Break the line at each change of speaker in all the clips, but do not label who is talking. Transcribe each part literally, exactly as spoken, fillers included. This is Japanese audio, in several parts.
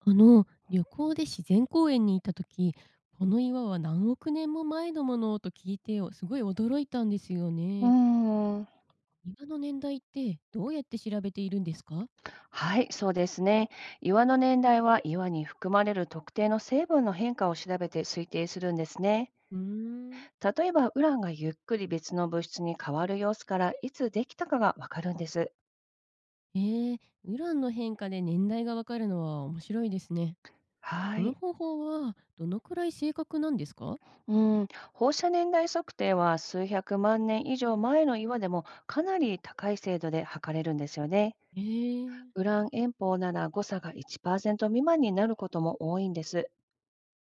あの旅行で自然公園に行った時、この岩は何億年も前のものと聞いて、よすごい驚いたんですよ
うー
ね。
ん、
岩の年代ってどうやって調べているんですか？
はい、そうですね。岩の年代は岩に含まれる特定の成分の変化を調べて推定するんですね。
うーん。
例えば、ウランがゆっくり別の物質に変わる様子からいつできたかがわかるんです。
えー、ウランの変化で年代がわかるのは面白いですね。
は
その
い。
方法はどのくらい正確なんですか？
うん、放射年代測定はすうひゃくまんねん以上前の岩でもかなり高い精度で測れるんですよね。
えー、
ウラン遠方なら誤差がいちパーセント未満になることも多いんです。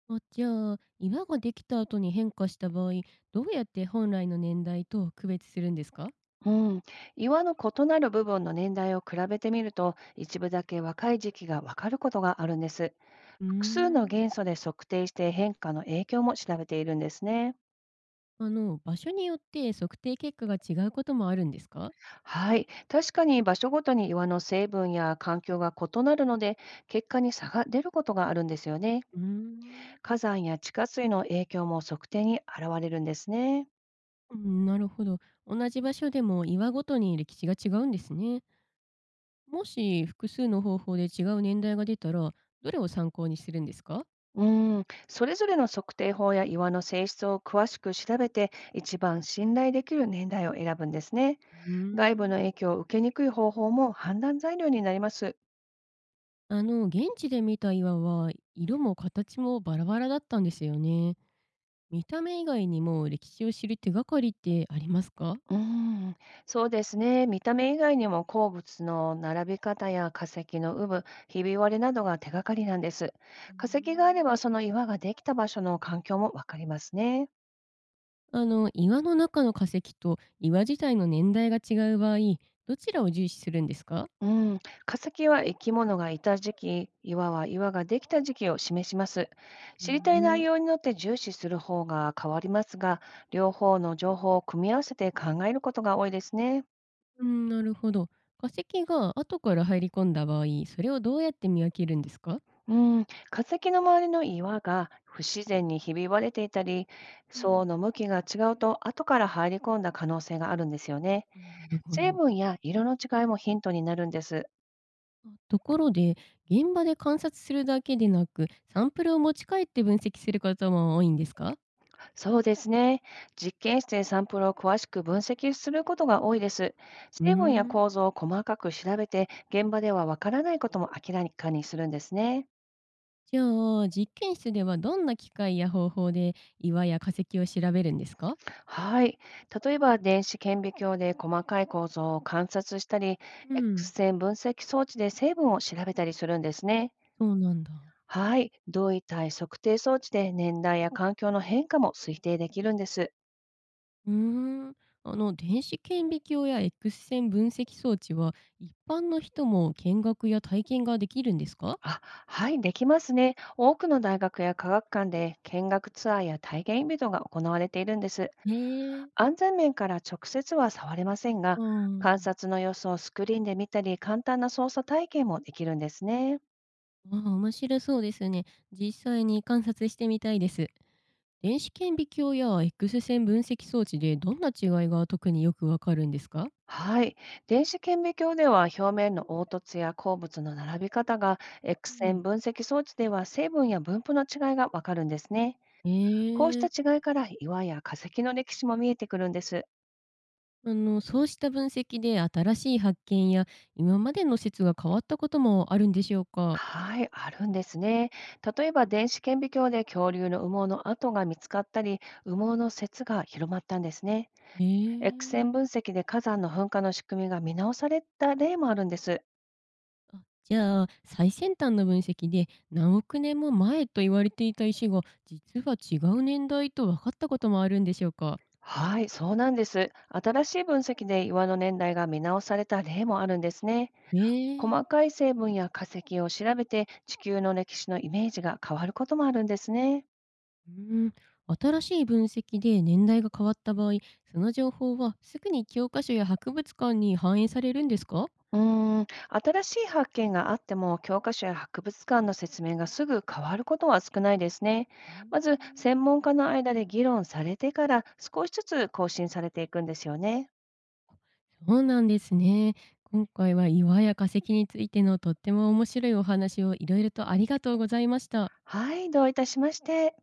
あ、じゃあ岩ができた後に変化した場合、どうやって本来の年代と区別するんですか？
うん、岩の異なる部分の年代を比べてみると、一部だけ若い時期がわかることがあるんです。
うー
複数の
ん。
元素で測定して変化の影響も調べているんですね。
あの、場所によって測定結果が違うこともあるんですか？
はい、確かに場所ごとに岩の成分や環境が異なるので、結果に差が出ることがあるんですよね。
うーん。
火山や地下水の影響も測定に現れるんですね。
うん、なるほど。同じ場所でも岩ごとに歴史が違うんですね。もし複数の方法で違う年代が出たら、どれを参考にするんですか？
うん、それぞれの測定法や岩の性質を詳しく調べて、一番信頼できる年代を選ぶんですね。
うー
外部の
ん。
影響を受けにくい方法も判断材料になります。
あの、現地で見た岩は色も形もバラバラだったんですよね。見た目以外にも歴史を知る手がかりってありますか？
うーん、そうですね。見た目以外にも鉱物の並び方や化石の有無、ひび割れなどが手がかりなんです。
うー
化石があれ
ん。
ばその岩ができた場所の環境もわかりますね。
あの岩の中の化石と岩自体の年代が違う場合、どちらを重視するんですか？
うん、化石は生き物がいた時期、岩は岩ができた時期を示します。
う
知りたい
ん、
内容によって重視する方が変わりますが、両方の情報を組み合わせて考えることが多いですね。
うん、なるほど。化石が後から入り込んだ場合、それをどうやって見分けるんですか？
うん、化石の周りの岩が不自然にひび割れていたり、
う
層の
ん、
向きが違うと後から入り込んだ可能性があるんですよね。
あ、なるほ
成
ど。
分や色の違いもヒントになるんです。
あ、ところで、現場で観察するだけでなく、サンプルを持ち帰って分析する方も多いんですか？
そうですね。実験室でサンプルを詳しく分析することが多いです。
うー
成分や
ん。
構造を細かく調べて、現場ではわからないことも明らかにするんですね。
じゃあ、実験室ではどんな機械や方法で岩や化石を調べるんですか？
はい。例えば、電子顕微鏡で細かい構造を観察したり、
うん。
X 線分析装置で成分を調べたりするんですね。
そうなんだ。
はい。同位体測定装置で年代や環境の変化も推定できるんです。
うーん、あの電子顕微鏡や X 線分析装置は一般の人も見学や体験ができるんですか？
あ、はい、できますね。多くの大学や科学館で見学ツアーや体験イベントが行われているんです。
へえ。
安全面から直接は触れませんが、
う
観
ん。
察の様子をスクリーンで見たり、簡単な操作体験もできるんですね。
ああ、面白そうですね。実際に観察してみたいです。電子顕微鏡や X 線分析装置でどんな違いが特によくわかるんですか？
はい。電子顕微鏡では表面の凹凸や鉱物の並び方が、 X
う
線
ん、
分析装置では成分や分布の違いがわかるんですね。こうした
ええ。
違いから岩や化石の歴史も見えてくるんです。
あのそうした分析で新しい発見や、今までの説が変わったこともあるんでしょうか？
はい、あるんですね。例えば電子顕微鏡で恐竜の羽毛の跡が見つかったり、羽毛の説が広まったんですね。
え
X
え。
線分析で火山の噴火の仕組みが見直された例もあるんです。
あ、じゃあ、最先端の分析で何億年も前と言われていた石が、実は違う年代と分かったこともあるんでしょうか？
はい、そうなんです。新しい分析で岩の年代が見直された例もあるんですね。
ええ、
細かい成分や化石を調べて地球の歴史のイメージが変わることもあるんですね。
うん。新しい分析で年代が変わった場合、その情報はすぐに教科書や博物館に反映されるんですか？
うーん、新しい発見があっても教科書や博物館の説明がすぐ変わることは少ないですね。
う
まず
ん。
専門家の間で議論されてから少しずつ更新されていくんですよね。
そうなんですね。今回は岩や化石についてのとっても面白いお話をいろいろとありがとうございました。
はい、どういたしまして。